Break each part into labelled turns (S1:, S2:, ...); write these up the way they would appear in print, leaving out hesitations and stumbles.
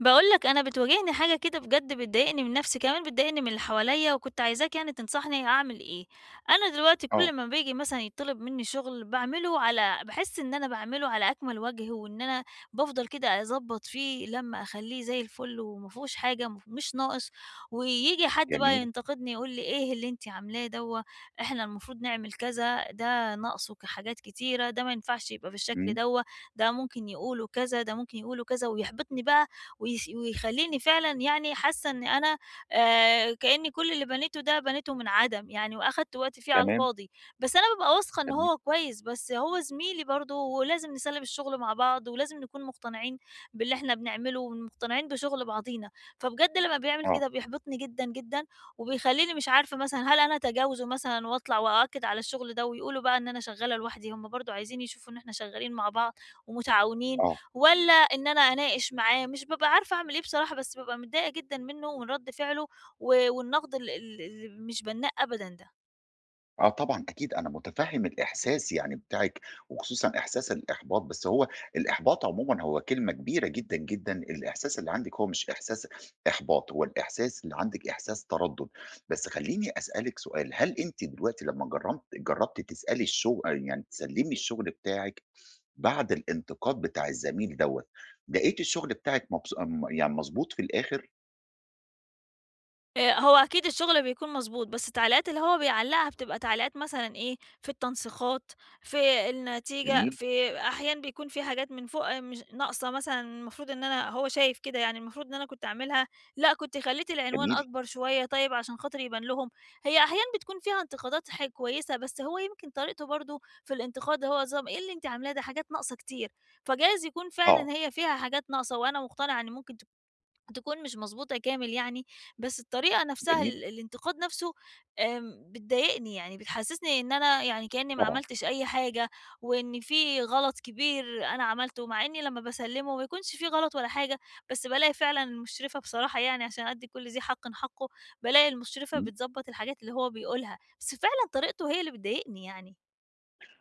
S1: باقول لك أنا بتواجهني حاجة كده بجد بتضايقني من نفسي، كمان بتضايقني من اللي حواليّا، وكنت عايزاك يعني تنصحني أعمل إيه. أنا دلوقتي
S2: آه.
S1: كل ما بييجي مثلًا يطلب مني شغل باعمله على باحس إن أنا باعمله على أكمل وجه، وإن أنا بافضل كده أضبّط فيه لمّا أخلّيه زي الفل وما فيهوش حاجة مش ناقص، وييجي حد بقى
S2: جميل.
S1: ينتقدني يقول لي: "إيه اللي أنتِ عاملاه دوّة، إحنا المفروض نعمل كذا، ده ناقصه حاجات كتيرة، ده ما ينفعش يبقى بالشكل
S2: إمم.
S1: دوّة، ده ممكن يقولوا كذا، ده ممكن يقولوا كذا." ويحبطني بقى ويخلّيني فعلًا يعني حاسة إن أنا كإنّي كل اللي بنيته ده بنيته من عدم يعني وأخدت وقتي فيه على
S2: تمام.
S1: الفاضي، بس أنا بابقى واثقة إن
S2: جميل.
S1: هو كويس، بس هو زميلي برضه ولازم نسلِّم الشغل مع بعض ولازم نكون مقتنعين باللي إحنا بنعمله ومقتنعين بشغل بعضينا، فبجد لمّا بيعمل
S2: آه.
S1: كده بيحبطني جدًا، جدًا وبيخلّيني مش عارفة مثلًا هل أنا أتجاوزه مثلًا وأطلع وأأكد على الشغل ده ويقولوا بقى إن أنا شغّالة لوحدي، هم برضه عايزين يشوفوا إن إحنا شغّالين مع بعض ومتعاونين
S2: آه.
S1: والّا إن أنا أناقش معاه، مش بابقى عارفة أعمل إيه بصراحة، بس بابقى متضايقة جدًا منه ومن رد فعله والنقد ال ال اللي مش بنّاء أبدًا ده.
S2: آه، طبعًا أكيد أنا مُتفهِّم الإحساس يعني بتاعِك، وخصوصًا إحساس الإحباط. بس هو الإحباط عمومًا هو كلمة كبيرة جدًا، جدًا. الإحساس اللي عندِك هو مش إحساس إحباط، هو الإحساس اللي عندِك إحساس تردُّد. بس خلّيني أسألِك سؤال، هل أنتِ دلوقتي لمّا جرّبتِ تسألي يعني تسلِّمي الشغل بتاعِك بعد الانتقاد بتاع الزميل دوّة، لقيتِ الشغل بتاعِك مبس م يعني مضبوط في الآخر؟
S1: هو أكيد الشغل بيكون مضبوط، بس التعليقات اللي هو بيعلّقها بتبقى تعليقات مثلًا إيه، في التنسيقات، في النتيجة،
S2: جميل.
S1: في أحيان بيكون في حاجات من فوق آه، مش ناقصة مثلًا المفروض إن أنا هو شايف كده يعني المفروض إن أنا كنت أعملها، لأ كنت خلّيت العنوان
S2: جميل.
S1: أكبر شوية طيب عشان خاطر يبان لهم، هي أحيان بتكون فيها انتقادات كويسة، بس هو يمكن طريقته برضه في الانتقاد هو نظام إيه اللي أنتِ عاملاه ده حاجات ناقصة كتير، فجايز يكون
S2: آه.
S1: فعلًا هي فيها حاجات ناقصة وأنا مقتنعة إن ممكن تكون مش مضبوطة كامل يعني، بس الطريقة نفسها
S2: جميل.
S1: الانتقاد نفسه بتضايقني يعني، بتحسسني إن أنا يعني كأني ما
S2: طبعًا.
S1: عملتش أي حاجة، وإن في غلط كبير أنا عملته، مع إني لمّا باسلمه ما يكونش في غلط ولا حاجة، بس بالاقي فعلًا المشرفة بصراحة يعني عشان أدّي كل ذي حقٍ حقه، بالاقي المشرفة
S2: إمم.
S1: بتضبط الحاجات اللي هو بيقولها، بس فعلًا طريقته هي اللي بتضايقني يعني.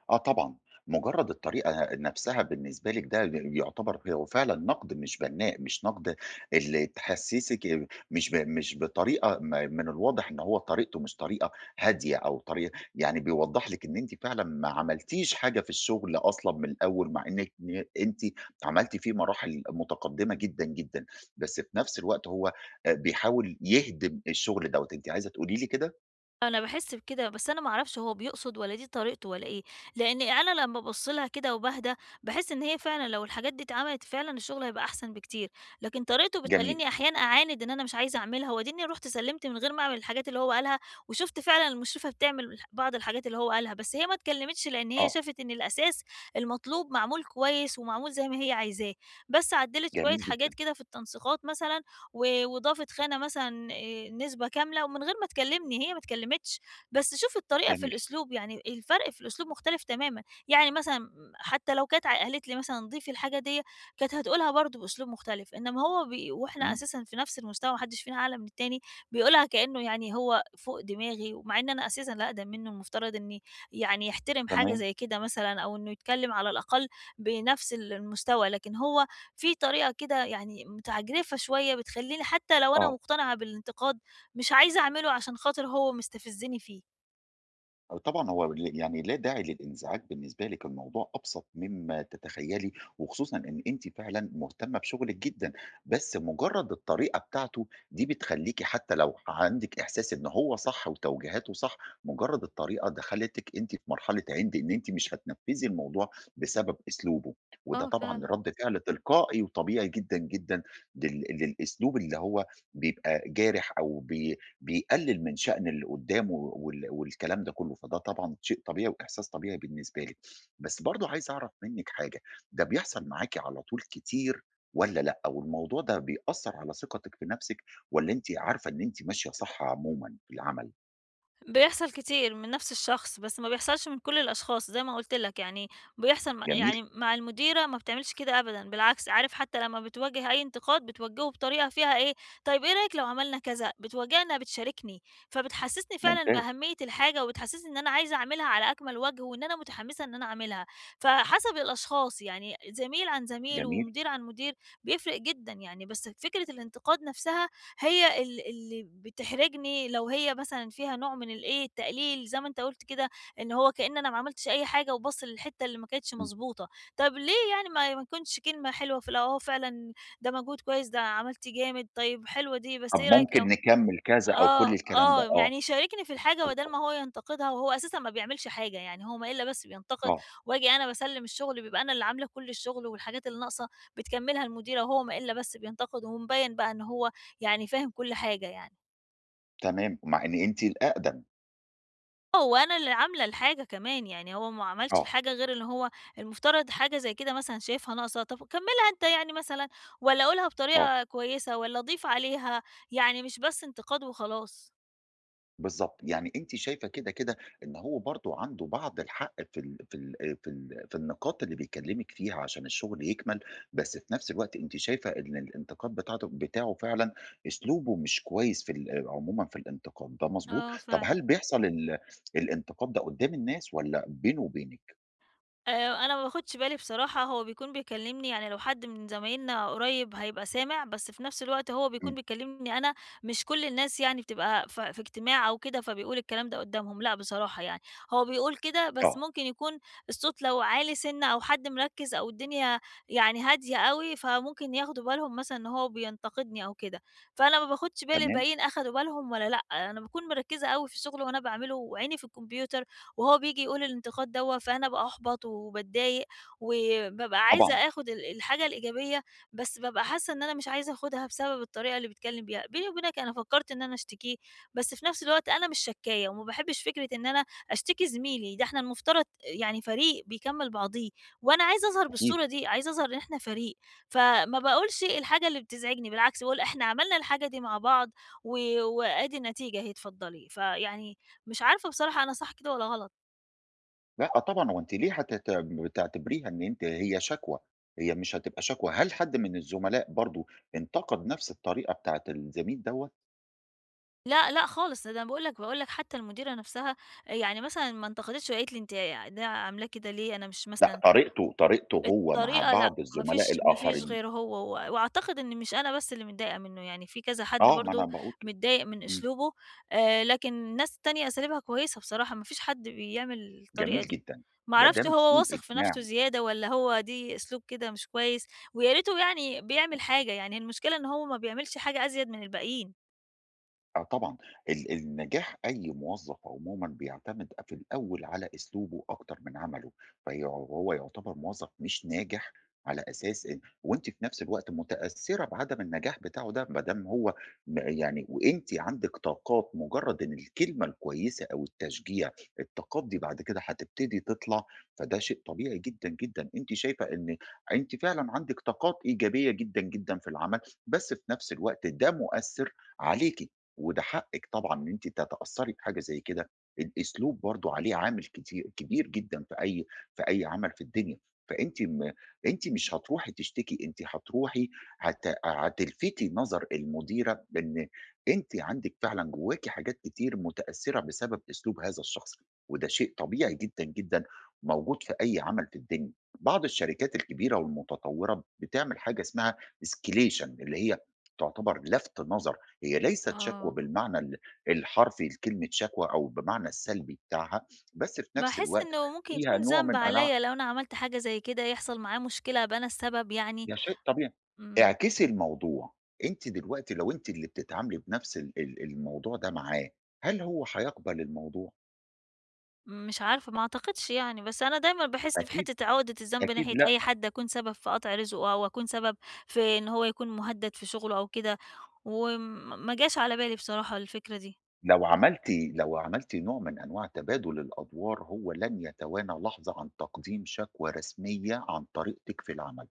S2: آه، طبعًا. مجرد الطريقة نفسها بالنسبة لِك ده يعتبر هو فعلًا نقد مش بناء، مش نقد اللي تحسسِك مش بطريقة من الواضح إن هو طريقته مش طريقة هادية أو طريقة يعني بيوضح لِك إن أنتِ فعلًا ما عملتيش حاجة في الشغل أصلًا من الأول، مع إنِك أنتِ عملتِ فيه مراحل متقدمة جدًا، جدًا. بس في نفس الوقت هو بيحاول يهدم الشغل دوّة، أنتِ عايزة تقولي لي كده؟
S1: أنا باحس بكده، بس أنا ما أعرفش هو بيقصد والّا دي طريقته والّا إيه، لإن أنا لمّا بابُص لها كده وباهدى، باحس إن هي فعلًا لو الحاجات دي اتعملت فعلًا الشغل هيبقى أحسن بكتير، لكن طريقته
S2: جميل.
S1: بتخلّيني أحيانًا أعاند إن أنا مش عايزة أعملها، وأديني رُحت سلِّمت من غير ما أعمل الحاجات اللي هو قالها، وشُفت فعلًا المشرفة بتعمل بعض الحاجات اللي هو قالها، بس هي ما اتكلمتش لإن هي
S2: آه.
S1: شافت إن الأساس المطلوب معمول كويس ومعمول زي ما هي عايزاه، بس عدّلت
S2: جميل
S1: شوية حاجات
S2: جدًا.
S1: كده في التنسيقات مثلًا وضافت خانة مثلًا نسبة كاملة ومن غير ما تكلمني، هي ما اتكلمتش، بس شوفي الطريقة في
S2: جميل.
S1: الأسلوب، يعني الفرق في الأسلوب مختلف تمامًا، يعني مثلًا حتى لو كانت قالت لي مثلًا ضيفي الحاجة ديّة، كانت هتقولها برضه بأسلوب مختلف، إنما هو وإحنا
S2: إمم.
S1: أساسًا في نفس المستوى ما حدش فينا أعلى من التاني، بيقولها كأنه يعني هو فوق دماغي، ومع إن أنا أساسًا لا أقدم منه، المفترض إني يعني يحترم حاجة
S2: تمام.
S1: زي كده مثلًا، أو إنه يتكلم على الأقل بنفس المستوى، لكن هو في طريقة كده يعني متعجرفة شوية بتخلّيني حتى لو أنا
S2: آه.
S1: مقتنعة بالانتقاد، مش عايزة أعمله عشان خاطر هو مستفزني فيه.
S2: آه، طبعًا هو يعني لا داعي للإنزعاج بالنسبة لِك، الموضوع أبسط مما تتخيّلي، وخصوصًا إن أنتِ فعلًا مهتمة بشغلِك جدًا. بس مجرد الطريقة بتاعته دي بتخلّيكِ حتى لو عندِك إحساس إن هو صح وتوجيهاته صح، مجرد الطريقة دخلتِك أنتِ في مرحلة عِند إن أنتِ مش هتنفذي الموضوع بسبب أسلوبه، وده
S1: آه
S2: طبعًا
S1: فعلًا.
S2: رد فعل تلقائي وطبيعي جدًا، جدًا للأسلوب اللي هو بيبقى جارح أو بيقلل من شأن اللي قدّامه والكلام ده كلّه، فده طبعًا شيء طبيعي وإحساس طبيعي بالنسبة لِك. بس برضه عايز أعرف منِّك حاجة، ده بيحصل معاكِ على طول كتير والّا لأ؟ والموضوع ده بيأثّر على ثقتِك في نَفْسِك والّا أنتِ عارفة إن أنتِ ماشية صح عمومًا في العمل؟
S1: بيحصل كتير من نفس الشخص، بس ما بيحصلش من كل الأشخاص زي ما قُلت لك، يعني بيحصل
S2: جميل.
S1: يعني مع المديرة ما بتعملش كده أبدًا، بالعكس عارف حتى لمّا بتواجه أي انتقاد بتوجهه بطريقة فيها إيه، طيب إيه رأيك لو عملنا كذا، بتواجهنا بتشاركني، فبتحسسني فعلًا
S2: ممتاز.
S1: بأهمية الحاجة، وبتحسسني إن أنا عايزة أعملها على أكمل وجه، وإن أنا متحمسة إن أنا أعملها، فحسب الأشخاص يعني زميل عن زميل،
S2: جميل.
S1: ومدير عن مدير بيفرق جدًا يعني، بس فكرة الانتقاد نفسها هي اللي بتحرجني لو هي مثلًا فيها نوع من الإيه، التقليل زي ما أنت قُلت كده، إن هو كإن أنا ما عملتش أي حاجة وباصّ للحتّة اللي ما كانتش
S2: إمم.
S1: مضبوطة. طب ليه يعني ما تكونش كلمة حلوة في الأول، أهو فعلًا ده مجهود كويس، ده عملتِ جامد، طيب حلوة دي، بس إيه
S2: طَب
S1: رأيِك
S2: ممكن
S1: لو
S2: نكمّل كذا أو كل
S1: آه،
S2: الكلام ده،
S1: آه،
S2: آه.
S1: يعني يشاركني في الحاجة بدل ما
S2: بالضبط.
S1: هو ينتقدها وهو أساسًا ما بيعملش حاجة، يعني هو ما إلا بس بينتقد
S2: آه.
S1: وآجي أنا باسلِّم الشغل بيبقى أنا اللي عاملة كل الشغل والحاجات اللي ناقصة بتكمّلها المديرة وهو ما إلا بس بينتقد ومبيّن بقى إن هو يعني فاهم كل حاجة يعني.
S2: تمام، مع إن أنتِ الأقدم.
S1: آه، وأنا اللي عاملة الحاجة كمان، يعني هو ما عملش
S2: آه.
S1: الحاجة غير إن هو المفترض حاجة زي كده مثلًا شايفها ناقصة، طَب كمّلها أنت يعني مثلًا والّا قُلها
S2: آه.
S1: بطريقة كويسة والّا ضيف عليها، يعني مش بس انتقاد وخلاص.
S2: بالضبط، يعني أنتِ شايفة كده، كده إن هو برضه عنده بعض الحق في النقاط اللي بيكلّمِك فيها عشان الشغل يكمل. بس في نفس الوقت أنتِ شايفة إن الانتقاد بتاعه فعلًا أسلوبه مش كويس في ال عمومًا في الانتقاد، ده مضبوط؟
S1: آه،
S2: طَب هل
S1: فعلًا.
S2: بيحصل الانتقاد ده قدّام الناس والّا بينه وبينِك؟
S1: أنا ما باخدش بالي بصراحة، هو بيكون بيكلمني يعني لو حد من زمايلنا قريب هيبقى سامع، بس في نفس الوقت هو بيكون
S2: إمم.
S1: بيكلمني أنا، مش كل الناس يعني بتبقى في اجتماع أو كده فبيقول الكلام ده قدامهم، لأ بصراحة يعني، هو بيقول كده بس
S2: آه.
S1: ممكن يكون الصوت لو عالي سِنّة أو حد مركز أو الدنيا يعني هادية أوي، فممكن ياخدوا بالهم مثلًا إن هو بينتقدني أو كده، فأنا ما باخدش بالي
S2: تمام.
S1: الباقيين أخدوا بالهم والّا لأ، أنا باكون مركزة أوي في الشغل وأنا باعمله وعيني في الكمبيوتر وهو بييجي يقول الانتقاد دوّة، فأنا باحبط وباتضايق، وبابقى عايزة
S2: طبعًا.
S1: آخد الحاجة الإيجابية، بس بابقى حاسة إن أنا مش عايزة آخدها بسبب الطريقة اللي بيتكلم بيها. بيني وبينك أنا فكرت إن أنا أشتكيه، بس في نفس الوقت أنا مش شكّاية، وما باحبش فكرة إن أنا أشتكي زميلي، ده إحنا المفترض يعني فريق بيكمّل بعضيه، وأنا عايزة أظهر
S2: أكيد.
S1: بالصورة دي، عايزة أظهر إن إحنا فريق، فما باقولش الحاجة اللي بتزعجني، بالعكس باقول إحنا عملنا الحاجة دي مع بعض و وأدي النتيجة أهي اتفضلي. فيعني مش عارفة بصراحة أنا صح كده والّا غلط.
S2: لأ، آه طبعًا. هو أنتِ ليه بتعتبريها إن أنتِ هي شكوى، هي مش هتبقى شكوى، هل حد من الزملاء برضه انتقد نفس الطريقة بتاعة الزميل دوّة؟
S1: لأ، لأ خالص، ده أنا باقول لك حتى المديرة نفسها يعني مثلًا ما انتقدتش وقالت لي: "أنتِ ده عاملاه كده ليه؟" أنا مش
S2: لأ،
S1: مثلًا
S2: طريقته هو مع
S1: الطريقة لأ،
S2: بعض
S1: ما
S2: الزملاء
S1: فيش ما فيش
S2: الآخرين.
S1: غير هو، وأعتقد إن مش أنا بس اللي متضايقة منه، يعني في كذا حد
S2: آه، ما أنا
S1: برضه
S2: باقول كده.
S1: متضايق من
S2: إمم.
S1: أسلوبه، لكن ناس تانية أساليبها كويسة بصراحة، ما فيش حد بيعمل
S2: جميل
S1: الطريقة دي،
S2: جدًا.
S1: ما
S2: ما
S1: أعرفش
S2: دام
S1: هو
S2: في
S1: واثق في
S2: إجماع
S1: نفسه زيادة والّا هو دي أسلوب كده مش كويس، ويا ريته يعني بيعمل حاجة، يعني المشكلة إن هو ما بيعملش حاجة أزيد من الباقيين.
S2: آه طبعًا. النجاح أي موظف عمومًا بيعتمد في الأول على أسلوبه أكتر من عمله، هو يعتبر موظف مش ناجح على أساس إن وأنتِ في نفس الوقت متأثّرة بعدم النجاح بتاعه ده، ما دام هو يعني وأنتِ عندِك طاقات مجرّد إن الكلمة الكويسة أو التشجيع، الطاقات دي بعد كده هتبتدي تطلع، فده شيء طبيعي جدًا، جدًا. أنتِ شايفة إن أنتِ فعلًا عندِك طاقات إيجابية جدًا، جدًا في العمل، بس في نفس الوقت ده مؤثّر عليكِ. وده حقِّك طبعًا إن أنتِ تتأثّري بحاجة زي كده، الأسلوب برضه عليه عامل كتير كبير جدًا في أي عمل في الدنيا. فأنتِ أنتِ مش هتروحي تشتكي، أنتِ هتروحي هتلفتي نظر المديرة بإن أنتِ عندِك فعلًا جواكِ حاجات كتير متأثّرة بسبب أسلوب هذا الشخص، وده شيء طبيعي جدًا، جدًا موجود في أي عمل في الدنيا. بعض الشركات الكبيرة والمتطوّرة بتعمل حاجة اسمها escalation اللي هي تعتبر لَفْت نظر، هي ليست شكوى
S1: آه.
S2: بالمعنى الحرفي لكلمة شكوى أو بمعنى السلبي بتاعها، بس في نفس
S1: باحس
S2: الوقت
S1: إنه ممكن
S2: فيها
S1: يكون
S2: نوع
S1: ذنب
S2: من أنواع،
S1: عليَّ لو أنا عملت حاجة زي كده يحصل معاه مشكلة أبقى أنا السبب يعني،
S2: ده شيء طبيعي.
S1: إمم،
S2: اعكسي الموضوع، أنتِ دلوقتي لو أنتِ اللي بتتعاملي بنفس ال ال الموضوع ده معاه، هل هو هيقبل الموضوع؟
S1: مش عارفة ما أعتقدش يعني، بس أنا دايمًا باحس في
S2: أكيد،
S1: حتة عقدة الذنب
S2: أكيد،
S1: ناحية
S2: لأ.
S1: أي حد أكون سبب في قطع رزقه أو أكون سبب في إن هو يكون مهدد في شغله أو كده، وم ما جاش على بالي بصراحة الفكرة دي،
S2: لو عملتِ نوع من أنواع تبادل الأدوار هو لن يتوانى لحظة عن تقديم شكوى رسمية عن طريقتِك في العمل.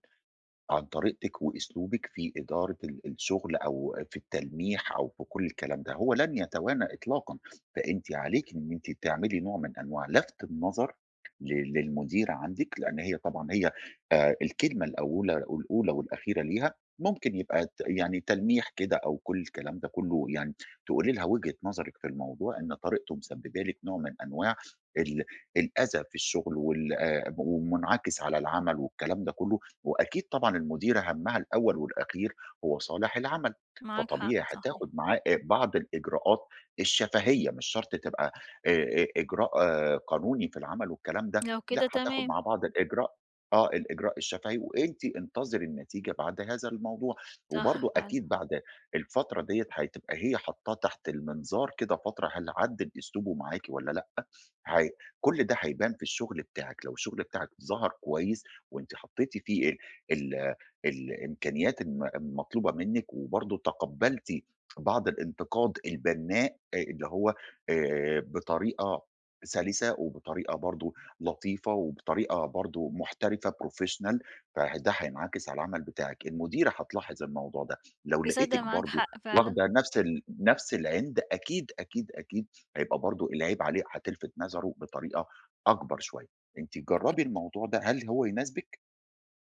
S2: عن طريقتِك وأسلوبِك في إدارة الشغل أو في التلميح أو في كل الكلام ده، هو لن يتوانى إطلاقًا، فأنتِ عليكِ إن أنتِ تعملي نوع من أنواع لَفْت النظر للمديرة عندِك، لأن هي طبعًا هي الكلمة الأولى والأخيرة ليها، ممكن يبقى يعني تلميح كده أو كل الكلام ده كُلّه يعني تقولي لها وجهة نظرِك في الموضوع إن طريقته مسببة لِك نوع من أنواع ال الأذى في الشغل وال ومنعكس على العمل والكلام ده كُلّه. وأكيد طبعًا المديرة هَمّها الأول والأخير هو صالح العمل،
S1: معاك حق
S2: فطبيعي
S1: صحيح،
S2: هتاخد معاه بعض الإجراءات الشفهية، مش شرط تبقى آآ إجراء، آه، قانوني في العمل والكلام ده،
S1: لو
S2: لأ
S1: كده
S2: هتاخد
S1: تمام،
S2: معاه بعض الإجراء، آه، الإجراء الشفهي. وأنتِ انتظري النتيجة بعد هذا الموضوع، وبرضه
S1: صح فعلًا،
S2: أكيد بعد الفترة ديّة هتبقى هي حاطاه تحت المنظار كده فترة هل عدِّل أسلوبه معاكِ والّا لأ، هي كل ده هيبان في الشغل بتاعِك، لو الشغل بتاعِك ظهر كويس وأنتِ حطيتِ فيه ال الإمكانيات المطلوبة منِّك، وبرضه تقبّلتِ بعض الانتقاد البنّاء اللي هو بطريقة سلسة وبطريقة برضه لطيفة وبطريقة برضه محترفة professional، فده هينعكس على العمل بتاعِك، المديرة هتلاحظ الموضوع ده. لو
S1: تصدق
S2: لقيتِك
S1: معاك
S2: برضه
S1: حق فعلًا.
S2: واخدة نفس العِند أكيد، أكيد، أكيد هيبقى برضه العيب عليه، هتلفت نظره بطريقة أكبر شوية. أنتِ جرّبي
S1: بجد.
S2: الموضوع ده، هل هو يناسبِك؟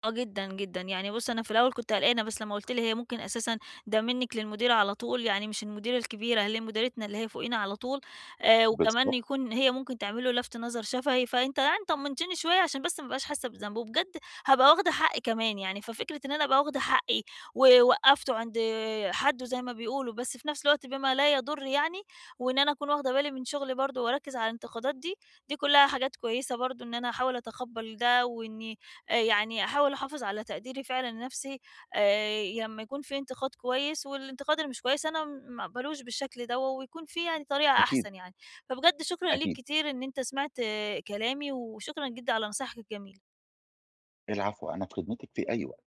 S1: آه جدًا، جدًا. يعني بُص، أنا في الأول كنت قلقانة، بس لمّا قُلت لي هي ممكن أساسًا ده منِّك للمديرة على طول، يعني مش المديرة الكبيرة، اللي هي مديرتنا اللي هي فوقينا على طول، وكمان
S2: بالضبط.
S1: يكون هي ممكن تعمل له لَفْت نظر شفهي، فأنت يعني طمّنتني شوية عشان بس ما ابقاش حاسة بذنب، وبجد هابقى واخدة حقي كمان يعني، ففكرة إن أنا أبقى واخدة حقي ووقّفته عند حدُّه زي ما بيقولوا، بس في نَفْس الوقت بما لا يضُر يعني، وإن أنا أكون واخدة بالي من شغلي برضه وأركّز على الانتقادات دي، دي كُلّها حاجات كويسة برضه إن أنا أحاول أتقبّل ده وإني يعني أحاول أحافظ على تقديري فعلًا لنفسي لمّا يكون في انتقاد كويس، والانتقاد اللي مش كويس أنا ما اقبلوش بالشكل دوّة، ويكون في يعني طريقة
S2: أكيد.
S1: أحسن يعني. فبجد شكرًا ليك
S2: أكيد.
S1: كتير إن أنت سمعت كلامي، وشكرًا جدًا على نصايحك الجميلة.
S2: العفو، أنا في خدمتِك في أي وقت.